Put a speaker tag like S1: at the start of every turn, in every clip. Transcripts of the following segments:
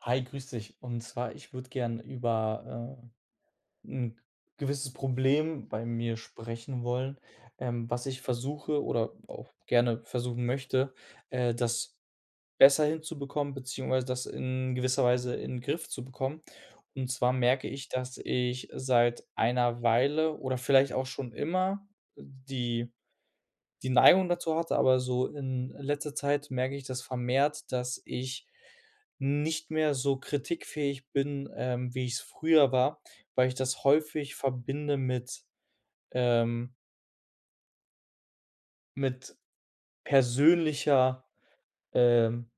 S1: Hi, grüß dich. Und zwar, ich würde gern über ein gewisses Problem bei mir sprechen wollen, was ich versuche oder auch gerne versuchen möchte, das besser hinzubekommen, beziehungsweise das in gewisser Weise in den Griff zu bekommen. Und zwar merke ich, dass ich seit einer Weile oder vielleicht auch schon immer die die Neigung dazu hatte, aber so in letzter Zeit merke ich das vermehrt, dass ich nicht mehr so kritikfähig bin, wie ich es früher war, weil ich das häufig verbinde ähm mit persönlicher, ähm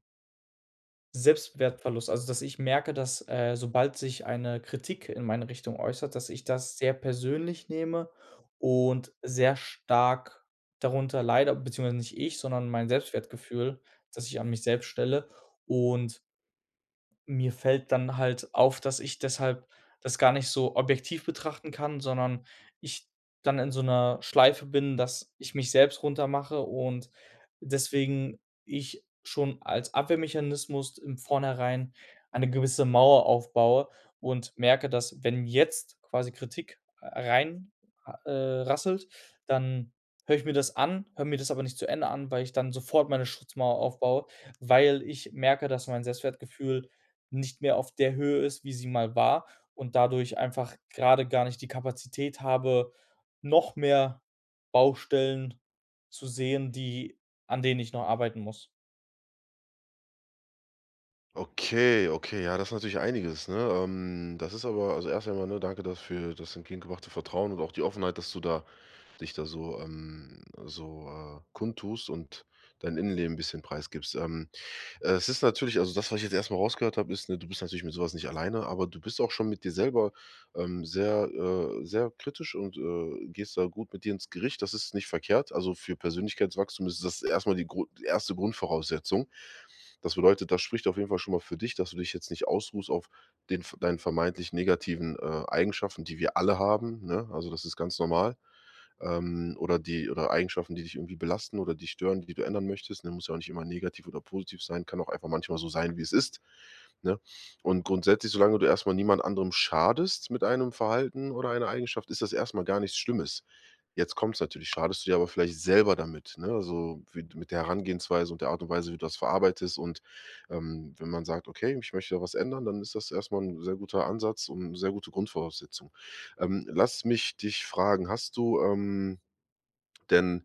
S1: Selbstwertverlust, also, dass ich merke, dass, sobald sich eine Kritik in meine Richtung äußert, dass ich das sehr persönlich nehme und sehr stark darunter leide, beziehungsweise nicht ich, sondern mein Selbstwertgefühl, das ich an mich selbst stelle, und mir fällt dann halt auf, dass ich deshalb das gar nicht so objektiv betrachten kann, sondern ich dann in so einer Schleife bin, dass ich mich selbst runtermache und deswegen ich schon als Abwehrmechanismus im Vornherein eine gewisse Mauer aufbaue und merke, dass wenn jetzt quasi Kritik rein rasselt, dann höre ich mir das an, höre mir das aber nicht zu Ende an, weil ich dann sofort meine Schutzmauer aufbaue, weil ich merke, dass mein Selbstwertgefühl nicht mehr auf der Höhe ist, wie sie mal war, und dadurch einfach gerade gar nicht die Kapazität habe, noch mehr Baustellen zu sehen, die an denen ich noch arbeiten muss.
S2: Okay, okay, ja, das ist natürlich einiges, ne? Das ist aber also erst einmal, ne, danke dafür das entgegengebrachte Vertrauen und auch die Offenheit, dass du da dich da so so, kundtust und dein Innenleben 'n bisschen preisgibst. Es ist natürlich also das, was ich jetzt erstmal rausgehört habe, ist, ne, du bist natürlich mit sowas nicht alleine, aber du bist auch schon mit dir selber, sehr, sehr kritisch und, gehst da gut mit dir ins Gericht. Das ist nicht verkehrt. Also, für Persönlichkeitswachstum ist das erstmal die Grund erste Grundvoraussetzung. Das bedeutet, das spricht auf jeden Fall schon mal für dich, dass du dich jetzt nicht ausruhst auf den deinen vermeintlich negativen, Eigenschaften, die wir alle haben, ne? Also, das ist ganz normal, oder die oder Eigenschaften, die dich irgendwie belasten oder dich stören, die du ändern möchtest, ne? Muss ja auch nicht immer negativ oder positiv sein, kann auch einfach manchmal so sein, wie es ist, ne? Und grundsätzlich, solange du erstmal niemand anderem schadest mit einem Verhalten oder einer Eigenschaft, ist das erstmal gar nichts Schlimmes. Jetzt kommt es natürlich, schadest du dir aber vielleicht selber damit, ne? Also, wie mit der Herangehensweise und der Art und Weise, wie du das verarbeitest und, wenn man sagt: „Okay, ich möchte da was ändern“, dann ist das erstmal ein sehr guter Ansatz und 'ne sehr gute Grundvoraussetzung. Lass mich dich fragen, hast du, denn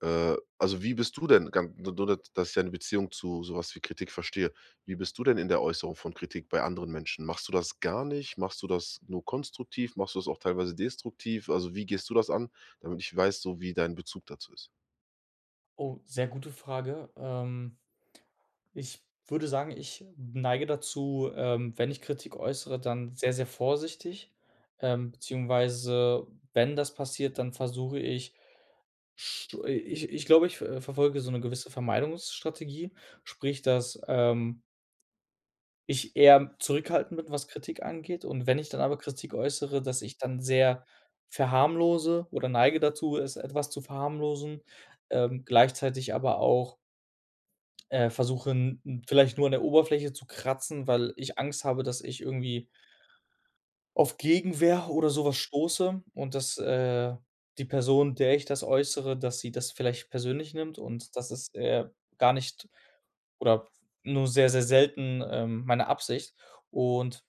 S2: also, wie bist du denn gan nur nur, dass ich deine Beziehung zu sowas wie Kritik verstehe. Wie bist du denn in der Äußerung von Kritik bei anderen Menschen? Machst du das gar nicht? Machst du das nur konstruktiv? Machst du das auch teilweise destruktiv? Also, wie gehst du das an, damit ich weiß, so wie dein Bezug dazu ist?
S1: Oh, sehr gute Frage. Ich würde sagen, ich neige dazu, wenn ich Kritik äußere, dann sehr, sehr vorsichtig, beziehungsweise wenn das passiert, dann versuche ich sch ich glaube, ich, verfolge so eine gewisse Vermeidungsstrategie, sprich, dass, ich eher zurückhaltend bin, was Kritik angeht, und wenn ich dann aber Kritik äußere, dass ich dann sehr verharmlose oder neige dazu, es etwas zu verharmlosen, gleichzeitig aber auch, versuche, 'n vielleicht nur an der Oberfläche zu kratzen, weil ich Angst habe, dass ich irgendwie auf Gegenwehr oder sowas stoße und dass, die Person, der ich das äußere, dass sie das vielleicht persönlich nimmt, und das ist, gar nicht oder nur sehr, sehr selten, meine Absicht und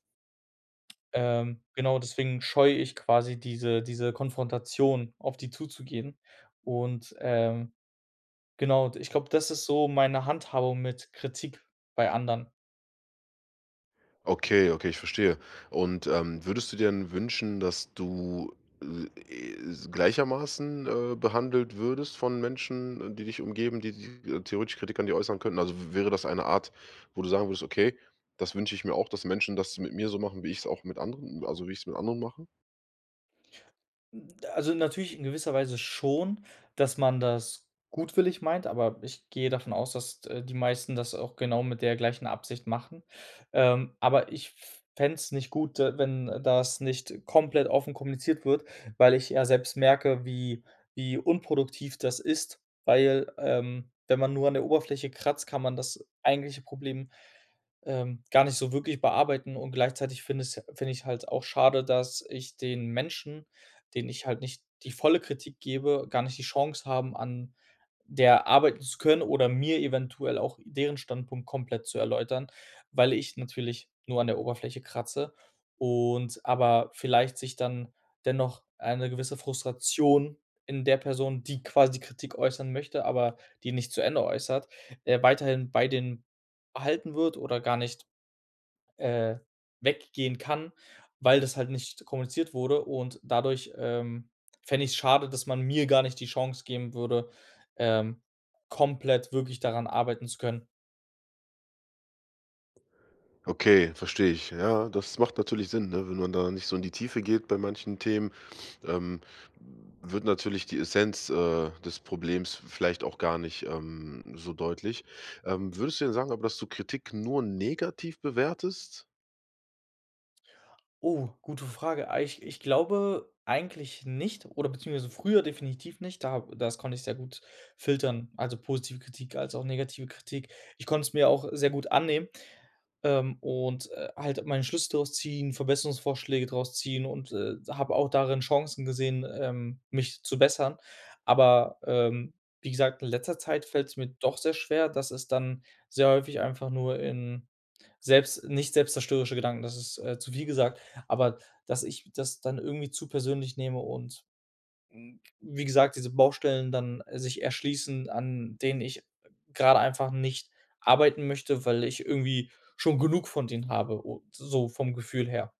S1: genau deswegen scheue ich quasi diese Konfrontation, auf die zuzugehen. Und, genau, ich glaube, das ist so meine Handhabung mit Kritik bei anderen.
S2: Okay, okay, ich verstehe. Und, würdest du dir denn wünschen, dass du, äh, gleichermaßen, behandelt würdest von Menschen, die dich umgeben, die theoretisch Kritik an dir äußern könnten? Also, w wäre das eine Art, wo du sagen würdest: „Okay, das wünsche ich mir auch, dass Menschen das mit mir so machen, wie ich es auch mit anderen also, wie ich es mit anderen mache?“
S1: Hm, also natürlich in gewisser Weise schon, dass man das gutwillig meint, aber ich gehe davon aus, dass, die meisten das auch genau mit der gleichen Absicht machen. Aber ich fände es nicht gut, wenn das nicht komplett offen kommuniziert wird, weil ich ja selbst merke, wie wie unproduktiv das ist, weil, wenn man nur an der Oberfläche kratzt, kann man das eigentliche Problem gar nicht so wirklich bearbeiten, und gleichzeitig finde ich halt auch schade, dass ich den Menschen, denen ich halt nicht die volle Kritik gebe, gar nicht die Chance haben, an der arbeiten zu können oder mir eventuell auch deren Standpunkt komplett zu erläutern, weil ich natürlich nur an der Oberfläche kratze und aber vielleicht sich dann dennoch eine gewisse Frustration in der Person, die quasi Kritik äußern möchte, aber die nicht zu Ende äußert, weiterhin bei den erhalten wird oder gar nicht, äh, weggehen kann, weil das halt nicht kommuniziert wurde, und dadurch, fände ich es schade, dass man mir gar nicht die Chance geben würde, ähm, komplett wirklich daran arbeiten zu können.
S2: Okay, verstehe ich. Ja, das macht natürlich Sinn, ne? Wenn man da nicht so in die Tiefe geht bei manchen Themen, ähm, wird natürlich die Essenz, des Problems vielleicht auch gar nicht, so deutlich. Würdest du denn sagen aber, dass du Kritik nur negativ bewertest?
S1: Oh, gute Frage. Ah, ich glaube eigentlich nicht oder beziehungsweise früher definitiv nicht, da das konnte ich sehr gut filtern, also positive Kritik als auch negative Kritik. Ich konnte es mir auch sehr gut annehmen. Und, halt meine Schlüsse draus ziehen, Verbesserungsvorschläge draus ziehen und, habe auch darin Chancen gesehen, mich zu bessern. Aber, wie gesagt, in letzter Zeit fällt es mir doch sehr schwer, dass es dann sehr häufig einfach nur in selbst nicht selbstzerstörerische Gedanken, das ist, zu viel gesagt, aber dass ich das dann irgendwie zu persönlich nehme und hm, wie gesagt, diese Baustellen dann sich erschließen, an denen ich gerade einfach nicht arbeiten möchte, weil ich irgendwie schon genug von denen habe, o so vom Gefühl her.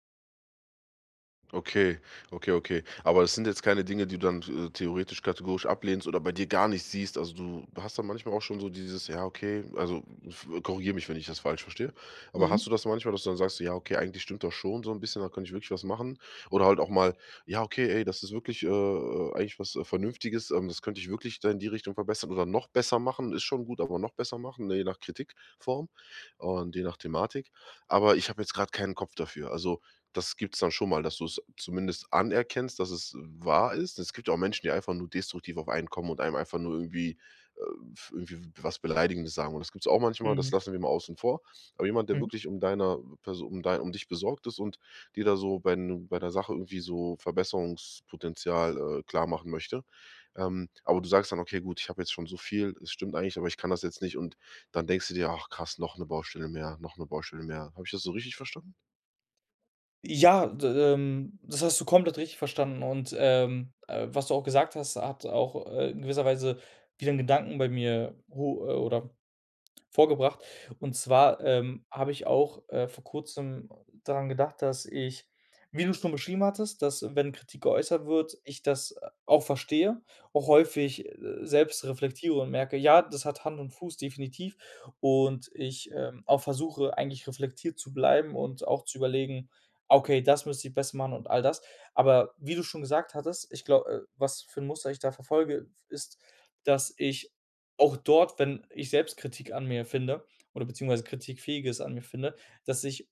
S2: Okay, okay, okay. Aber das sind jetzt keine Dinge, die du dann, theoretisch kategorisch ablehnst oder bei dir gar nicht siehst. Also, du hast dann manchmal auch schon so dieses: „Ja, okay“, also, korrigiere mich, wenn ich das falsch verstehe. Aber hast du das manchmal, dass du dann sagst: „Ja, okay, eigentlich stimmt das schon so ein bisschen, da könnte ich wirklich was machen.“ Oder halt auch mal: „Ja, okay, ey, das ist wirklich, eigentlich was, Vernünftiges. Das könnte ich wirklich da in die Richtung verbessern oder noch besser machen. Ist schon gut, aber noch besser machen“, ne, je nach Kritikform und je nach Thematik. Aber ich habe jetzt gerade keinen Kopf dafür. Also das gibt's dann schon mal, dass du es zumindest anerkennst, dass es wahr ist. Es gibt ja auch Menschen, die einfach nur destruktiv auf einen kommen und einem einfach nur irgendwie, f irgendwie was Beleidigendes sagen. Und das gibt's auch manchmal, das
S1: Mhm,
S2: lassen wir mal außen vor. Aber jemand, der
S1: mhm.
S2: wirklich um deiner Person, um dich besorgt ist und dir da so bei der Sache irgendwie so Verbesserungspotenzial, klar machen möchte. Aber du sagst dann: „Okay, gut, ich habe jetzt schon so viel, es stimmt eigentlich, aber ich kann das jetzt nicht.“ Und dann denkst du dir: „Ach krass, noch eine Baustelle mehr, noch eine Baustelle mehr.“ Habe ich das so richtig verstanden?
S1: Ja, d das hast du komplett richtig verstanden und, was du auch gesagt hast, hat auch, in gewisser Weise wieder 'n Gedanken bei mir ho oder vorgebracht. Und zwar, habe ich auch, vor Kurzem daran gedacht, dass ich wie du schon beschrieben hattest, dass, wenn Kritik geäußert wird, ich das auch verstehe, auch häufig, selbst reflektiere und merke: „Ja, das hat Hand und Fuß, definitiv.“ Und ich, auch versuche, eigentlich reflektiert zu bleiben und auch zu überlegen: „Okay, das müsste ich besser machen“ und all das. Aber wie du schon gesagt hattest, ich glaube, was für ein Muster ich da verfolge, ist, dass ich auch dort, wenn ich selbst Kritik an mir finde oder beziehungsweise Kritikfähiges an mir finde, dass ich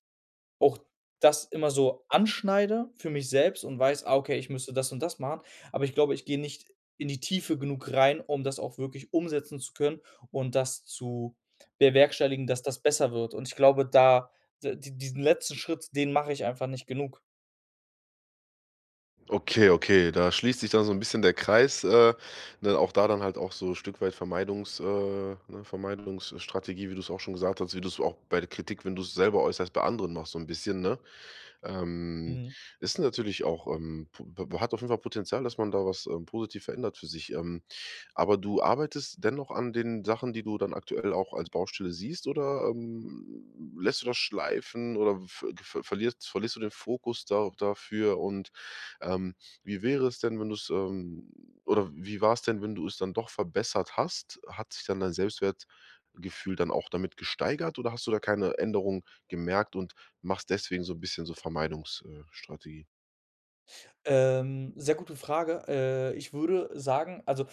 S1: auch das immer so anschneide für mich selbst und weiß: „Ah, okay, ich müsste das und das machen.“ Aber ich glaube, ich gehe nicht in die Tiefe genug rein, um das auch wirklich umsetzen zu können und das zu bewerkstelligen, dass das besser wird. Und ich glaube, da diesen letzten Schritt, den mache ich einfach nicht genug.
S2: Okay, okay, da schließt sich dann so ein bisschen der Kreis, ne, auch da dann halt auch so ein Stück weit Vermeidungs ne, Vermeidungsstrategie, wie du es auch schon gesagt hast, wie du es auch bei der Kritik, wenn du es selber äußerst, bei anderen machst so ein bisschen, ne? Ähm,
S1: Mhm.
S2: Ist natürlich auch, po b hat auf jeden Fall Potenzial, dass man da was, positiv verändert für sich. Aber du arbeitest dennoch an den Sachen, die du dann aktuell auch als Baustelle siehst oder, lässt du das schleifen oder verlierst du den Fokus da dafür? Und, ähm, wie wäre es denn, wenn du's oder wie war es denn, wenn du es dann doch verbessert hast? Hat sich dann dein Selbstwertgefühl dann auch damit gesteigert oder hast du da keine Änderung gemerkt und machst deswegen so 'n bisschen so Vermeidungsstrategie. Strategie.
S1: Sehr gute Frage. Ich würde sagen, also,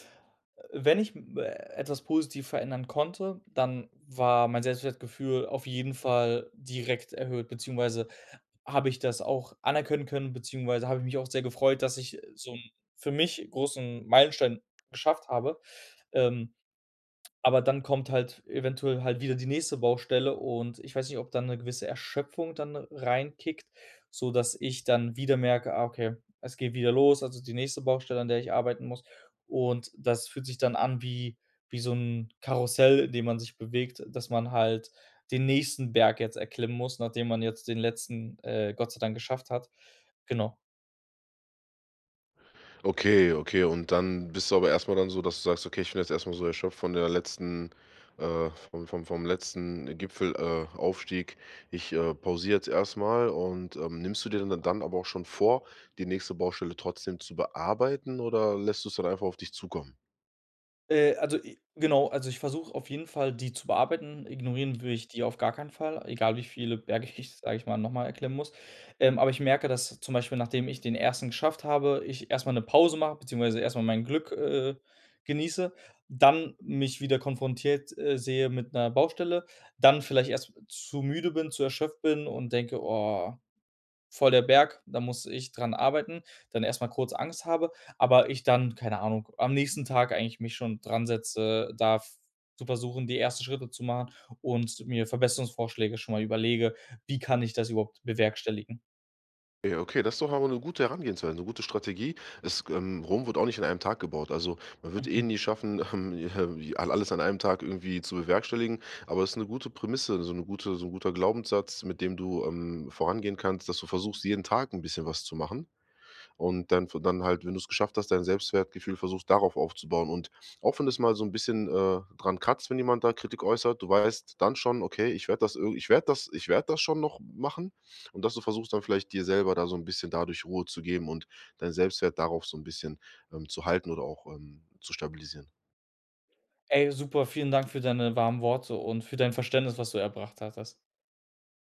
S1: wenn ich m etwas positiv verändern konnte, dann war mein Selbstwertgefühl auf jeden Fall direkt erhöht, beziehungsweise habe ich das auch anerkennen können, beziehungsweise habe ich mich auch sehr gefreut, dass ich, so 'n für mich großen Meilenstein geschafft habe. Ähm, aber dann kommt halt eventuell halt wieder die nächste Baustelle und ich weiß nicht, ob dann 'ne gewisse Erschöpfung dann reinkickt, sodass ich dann wieder merke: „Ah, okay, es geht wieder los, also die nächste Baustelle, an der ich arbeiten muss.“ Und das fühlt sich dann an wie wie so 'n Karussell, in dem man sich bewegt, dass man halt den nächsten Berg jetzt erklimmen muss, nachdem man jetzt den letzten, Gott sei Dank geschafft hat. Genau.
S2: Okay, okay, und dann bist du aber erst mal dann so, dass du sagst: „Okay, ich bin jetzt erst mal so erschöpft von der letzten vom vom letzten Gipfel Aufstieg. Ich, pausiere jetzt erst mal.“ Und, nimmst du dir dann aber auch schon vor, die nächste Baustelle trotzdem zu bearbeiten oder lässt du's dann einfach auf dich zukommen?
S1: Also, i genau, also ich versuche auf jeden Fall, die zu bearbeiten. Ignorieren will ich die auf gar keinen Fall, egal wie viele Berge ich, sage ich mal, noch mal erklimmen muss. Aber ich merke, dass zum Beispiel, nachdem ich den ersten geschafft habe, ich erst mal 'ne Pause mache, beziehungsweise erst mal mein Glück, genieße, dann mich wieder konfrontiert, sehe mit einer Baustelle, dann vielleicht erst zu müde bin, zu erschöpft bin und denke: „Oh“, voll der Berg, da muss ich dran arbeiten, dann erstmal kurz Angst habe, aber ich dann, keine Ahnung, am nächsten Tag eigentlich mich schon dran setze, da f zu versuchen, die ersten Schritte zu machen und mir Verbesserungsvorschläge schon mal überlege: „Wie kann ich das überhaupt bewerkstelligen?“
S2: Ja, okay, das ist doch aber eine gute Herangehensweise, eine gute Strategie. Es Rom wird auch nicht an einem Tag gebaut. Also, man wird eh
S1: Mhm.
S2: nie schaffen, ja, alles an einem Tag irgendwie zu bewerkstelligen, aber es ist eine gute Prämisse, so 'ne gute so 'n guter Glaubenssatz, mit dem du, vorangehen kannst, dass du versuchst, jeden Tag ein bisschen was zu machen und dann halt, wenn du es geschafft hast, dein Selbstwertgefühl versuchst, darauf aufzubauen. Und auch wenn das mal so ein bisschen, dran kratzt, wenn jemand da Kritik äußert, du weißt dann schon: „Okay, ich werde das schon noch machen.“ Und dass du versuchst dann vielleicht dir selber da so ein bisschen dadurch Ruhe zu geben und deinen Selbstwert darauf so ein bisschen, zu halten oder auch, zu stabilisieren.
S1: Ey, super, vielen Dank für deine warmen Worte und für dein Verständnis, was du erbracht hattest.